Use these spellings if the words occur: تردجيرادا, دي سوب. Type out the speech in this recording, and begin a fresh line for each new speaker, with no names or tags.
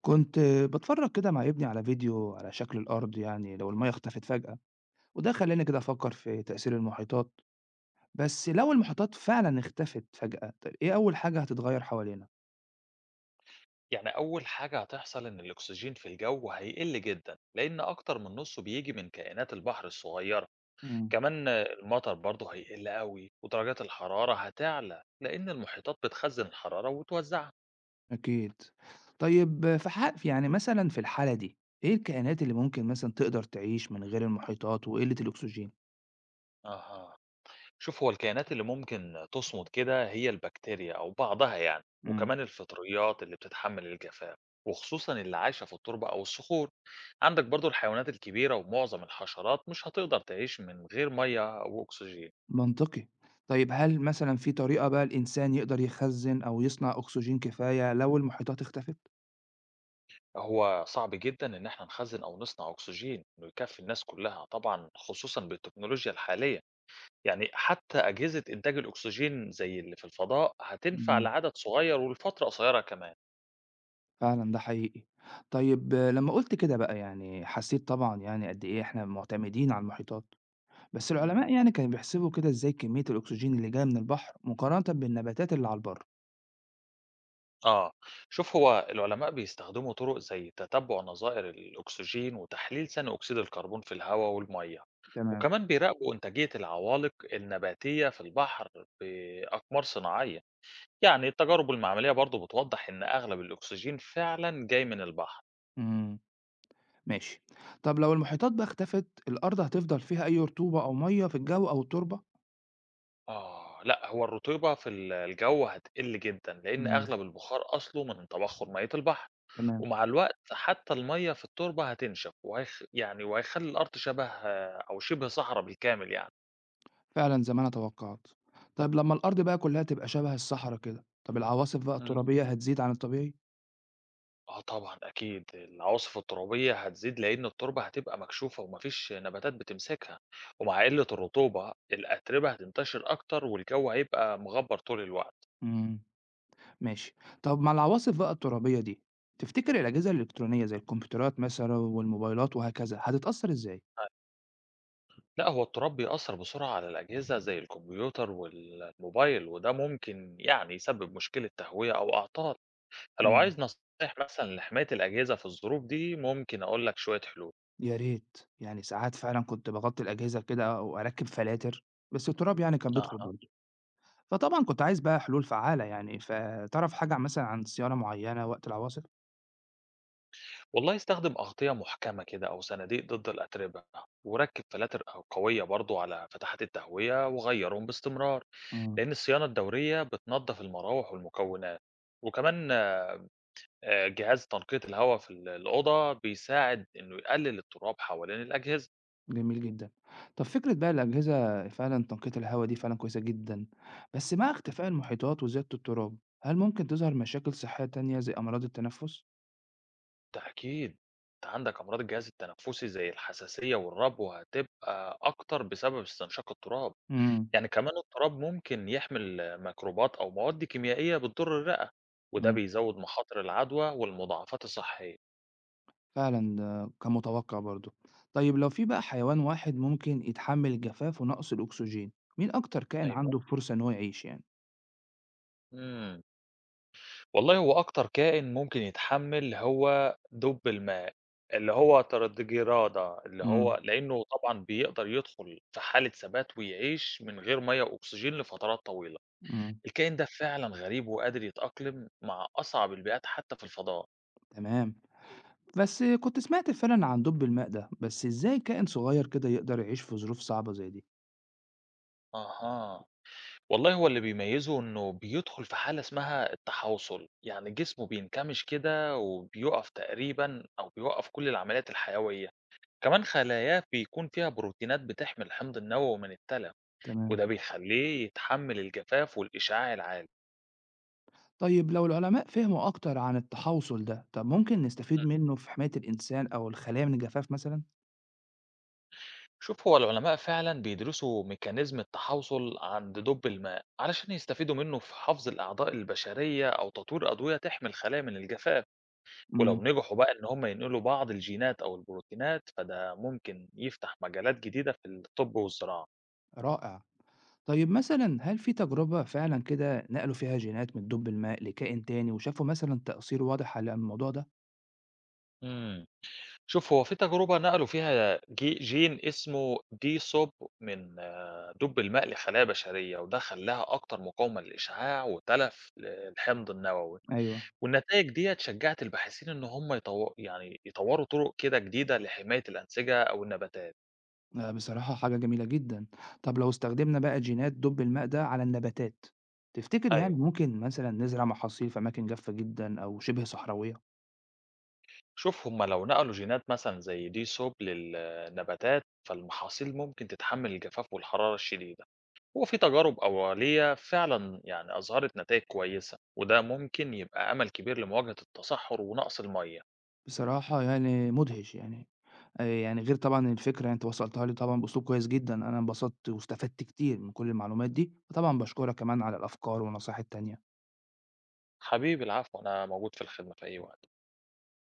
كنت باتفرج كده مع ابني على فيديو على شكل الأرض، يعني لو المية اختفت فجأة، وده خلاني كده أفكر في تأثير المحيطات. بس لو المحيطات فعلا اختفت فجأة، طيب إيه أول حاجة هتتغير حوالينا؟
يعني أول حاجة هتحصل إن الأكسجين في الجو هيقل جدا لأن أكتر من نصه بيجي من كائنات البحر الصغيرة.
مم.
كمان المطر برضه هيقل قوي ودرجات الحرارة هتعلى لأن المحيطات بتخزن الحرارة وتوزعها.
أكيد. طيب في حق يعني مثلا في الحالة دي، إيه الكائنات اللي ممكن مثلا تقدر تعيش من غير المحيطات وقلة الأكسجين؟
أها، شوف هو الكائنات اللي ممكن تصمد كده هي البكتيريا أو بعضها يعني،
مم.
وكمان الفطريات اللي بتتحمل الجفاف، وخصوصا اللي عايشة في التربة أو الصخور. عندك برضو الحيوانات الكبيرة ومعظم الحشرات مش هتقدر تعيش من غير مية أو أكسجين.
منطقي. طيب هل مثلا في طريقة بقى الإنسان يقدر يخزن أو يصنع أكسجين كفاية لو المحيطات اختفت؟
هو صعب جدا إن إحنا نخزن أو نصنع أكسجين إنه يكفي الناس كلها طبعا، خصوصا بالتكنولوجيا الحالية. يعني حتى أجهزة إنتاج الأكسجين زي اللي في الفضاء هتنفع
مم.
لعدد صغير ولفترة قصيرة كمان.
فعلًا ده حقيقي. طيب لمّا قُلت كده بقى، يعني حسّيت طبعًا يعني قد إيه إحنا معتمدين على المحيطات، بس العلماء
مم.
يعني كانوا بيحسبوا كده إزاي كمية الأكسجين اللي جاية من البحر مقارنةً بالنباتات اللي على البر.
آه، شوف هو العلماء بيستخدموا طرق زي تتبع نظائر الأكسجين وتحليل ثاني أكسيد الكربون في الهواء والمية،
تمام.
وكمان بيراقبوا إنتاجية العوالق النباتية في البحر بأقمار صناعية. يعني التجارب المعملية برضه بتوضح إن أغلب الأكسجين فعلًا جاي من البحر.
إمم. ماشي. طب لو المحيطات بقى اختفت، الأرض هتفضل فيها أي رطوبة أو مَيّة في الجو أو التربة؟
آه، لأ هو الرطوبة في الجو هتقل جدًا، لإن
إمم.
أغلب البخار أصله من تبخر مَيّة البحر.
تمام.
ومع الوقت حتى المَيّة في التربة هتنشف وهيخلّي الأرض شبه أو شبه صحرا بالكامل يعني.
فعلًا زي ما أنا توقعت. طب لمّا الأرض بقى كلّها تبقى شبه الصحرا كده، طب العواصف بقى
إمم.
الترابية هتزيد عن الطبيعي؟
آه طبعًا أكيد، العواصف الترابية هتزيد لإن التربة هتبقى مكشوفة وما فيش نباتات بتمسكها، ومع قلة الرطوبة الأتربة هتنتشر أكتر والجو هيبقى مغبّر طول الوقت.
إمم. ماشي. طب مع العواصف بقى الترابية دي، تفتكر الأجهزة الإلكترونية زي الكمبيوترات مثلا والموبايلات وهكذا هتتأثر إزاي؟
لأ، هو التراب بيأثّر بسرعة على الأجهزة زي الكمبيوتر والموبايل، وده ممكن يعني يسبب مشكلة تهوية أو أعطال. فلو
مم.
عايز نصايح مثلًا لحماية الأجهزة في الظروف دي، ممكن أقول لك شوية حلول.
يا ريت. يعني ساعات فعلا كنت بغطي الأجهزة كده وأركب فلاتر، بس التراب يعني كان بيدخل
أها.
برضه، فطبعا كنت عايز بقى حلول فعالة. يعني فتعرف حاجة مثلا عن صيانة معينة وقت العواصف؟
والله استخدم أغطية محكمة كده أو صناديق ضد الأتربة، وركّب فلاتر أو قوية برضه على فتحات التهوية وغيّرهم باستمرار،
مم.
لإن الصيانة الدورية بتنضّف المراوح والمكونات. وكمان جهاز تنقية الهوا في الأوضة بيساعد إنه يقلل التراب حوالين الأجهزة.
جميل جدا. طب فكرة بقى الأجهزة فعلا تنقية الهواء دي فعلا كويسة جدا، بس مع
إمم.
اختفاء المحيطات وزيادة التراب، هل ممكن تظهر مشاكل صحية تانية زي أمراض التنفس؟
ده أكيد، أنت عندك أمراض الجهاز التنفسي زي الحساسية والربو هتبقى أكتر بسبب استنشاق التراب.
إمم،
يعني كمان التراب ممكن يحمل ميكروبات أو مواد كيميائية بتضر الرئة، وده
إمم.
بيزود مخاطر العدوى والمضاعفات الصحية.
فعلًا ده كان متوقع برضه. طيب لو في بقى حيوان واحد ممكن يتحمل الجفاف ونقص الأكسجين، مين أكتر كائن
أيوه،
عنده فرصة إن هو يعيش يعني؟
إمم، والله هو أكتر كائن ممكن يتحمل هو دب الماء، اللي هو تردجيرادا، اللي هو
إمم،
لأنه طبعًا بيقدر يدخل في حالة ثبات ويعيش من غير مَيّة وأكسجين لفترات طويلة.
إمم.
الكائن ده فعلًا غريب وقادر يتأقلم مع أصعب البيئات حتى في الفضاء.
تمام. بس كنت سمعت فعلًا عن دب الماء ده، بس إزاي كائن صغير كده يقدر يعيش في ظروف صعبة زي دي؟
أها، والله هو اللي بيميزه إنه بيدخل في حالة اسمها التحوّصل، يعني جسمه بينكمش كده وبيُقف تقريبًا، أو بيوقّف كل العمليات الحيوية. كمان خلاياه بيكون فيها بروتينات بتحمي الحمض النووي من التلف،
تمام.
وده بيخلّيه يتحمل الجفاف والإشعاع العالي.
طيب لو العلماء فهموا أكتر عن التحوصل ده، طب ممكن نستفيد منه في حماية الإنسان أو الخلايا من الجفاف مثلًا؟
شوف هو العلماء فعلا بيدرسوا ميكانيزم التحوصل عند دب الماء علشان يستفيدوا منه في حفظ الأعضاء البشرية أو تطوير أدوية تحمي الخلايا من الجفاف.
إمم.
ولو نجحوا بقى إن هم ينقلوا بعض الجينات أو البروتينات فده ممكن يفتح مجالات جديدة في الطب والزراعة.
رائع. طيب مثلًا هل في تجربة فعلًا كده نقلوا فيها جينات من الدب الماء لكائن تاني وشافوا مثلًا تأثير واضح على الموضوع ده؟
امم، شوف هو في تجربة نقلوا فيها جين اسمه دي سوب من دب الماء لخلايا بشرية، وده خلاها أكتر مقاومة للإشعاع وتلف الحمض النووي.
أيوه.
والنتايج ديّة شجّعت الباحثين إن هم يطوّروا طُرق كده جديدة لحماية الأنسجة أو النباتات.
بصراحة حاجة جميلة جدًا. طب لو استخدمنا بقى جينات دب الماء ده على النباتات، تفتكر يعني
أيوه.
ممكن مثلًا نزرع محاصيل في أماكن جافة جدًا أو شبه صحراوية؟
شوف هم لو نقلوا جينات مثلًا زي دي سوب للنباتات، فالمحاصيل ممكن تتحمّل الجفاف والحرارة الشديدة. هو في تجارب أولية فعلًا يعني أظهرت نتايج كويسة، وده ممكن يبقى أمل كبير لمواجهة التصحُّر ونقص المَيّة.
بصراحة يعني مدهش يعني. يعني غير طبعًا الفكرة أنت وصّلتها لي طبعًا بأسلوب كويس جدًا، أنا انبسطت واستفدت كتير من كل المعلومات دي، وطبعًا باشكرك كمان على الأفكار والنصايح التانية.
حبيبي العفو، أنا موجود في الخدمة في أي وقت.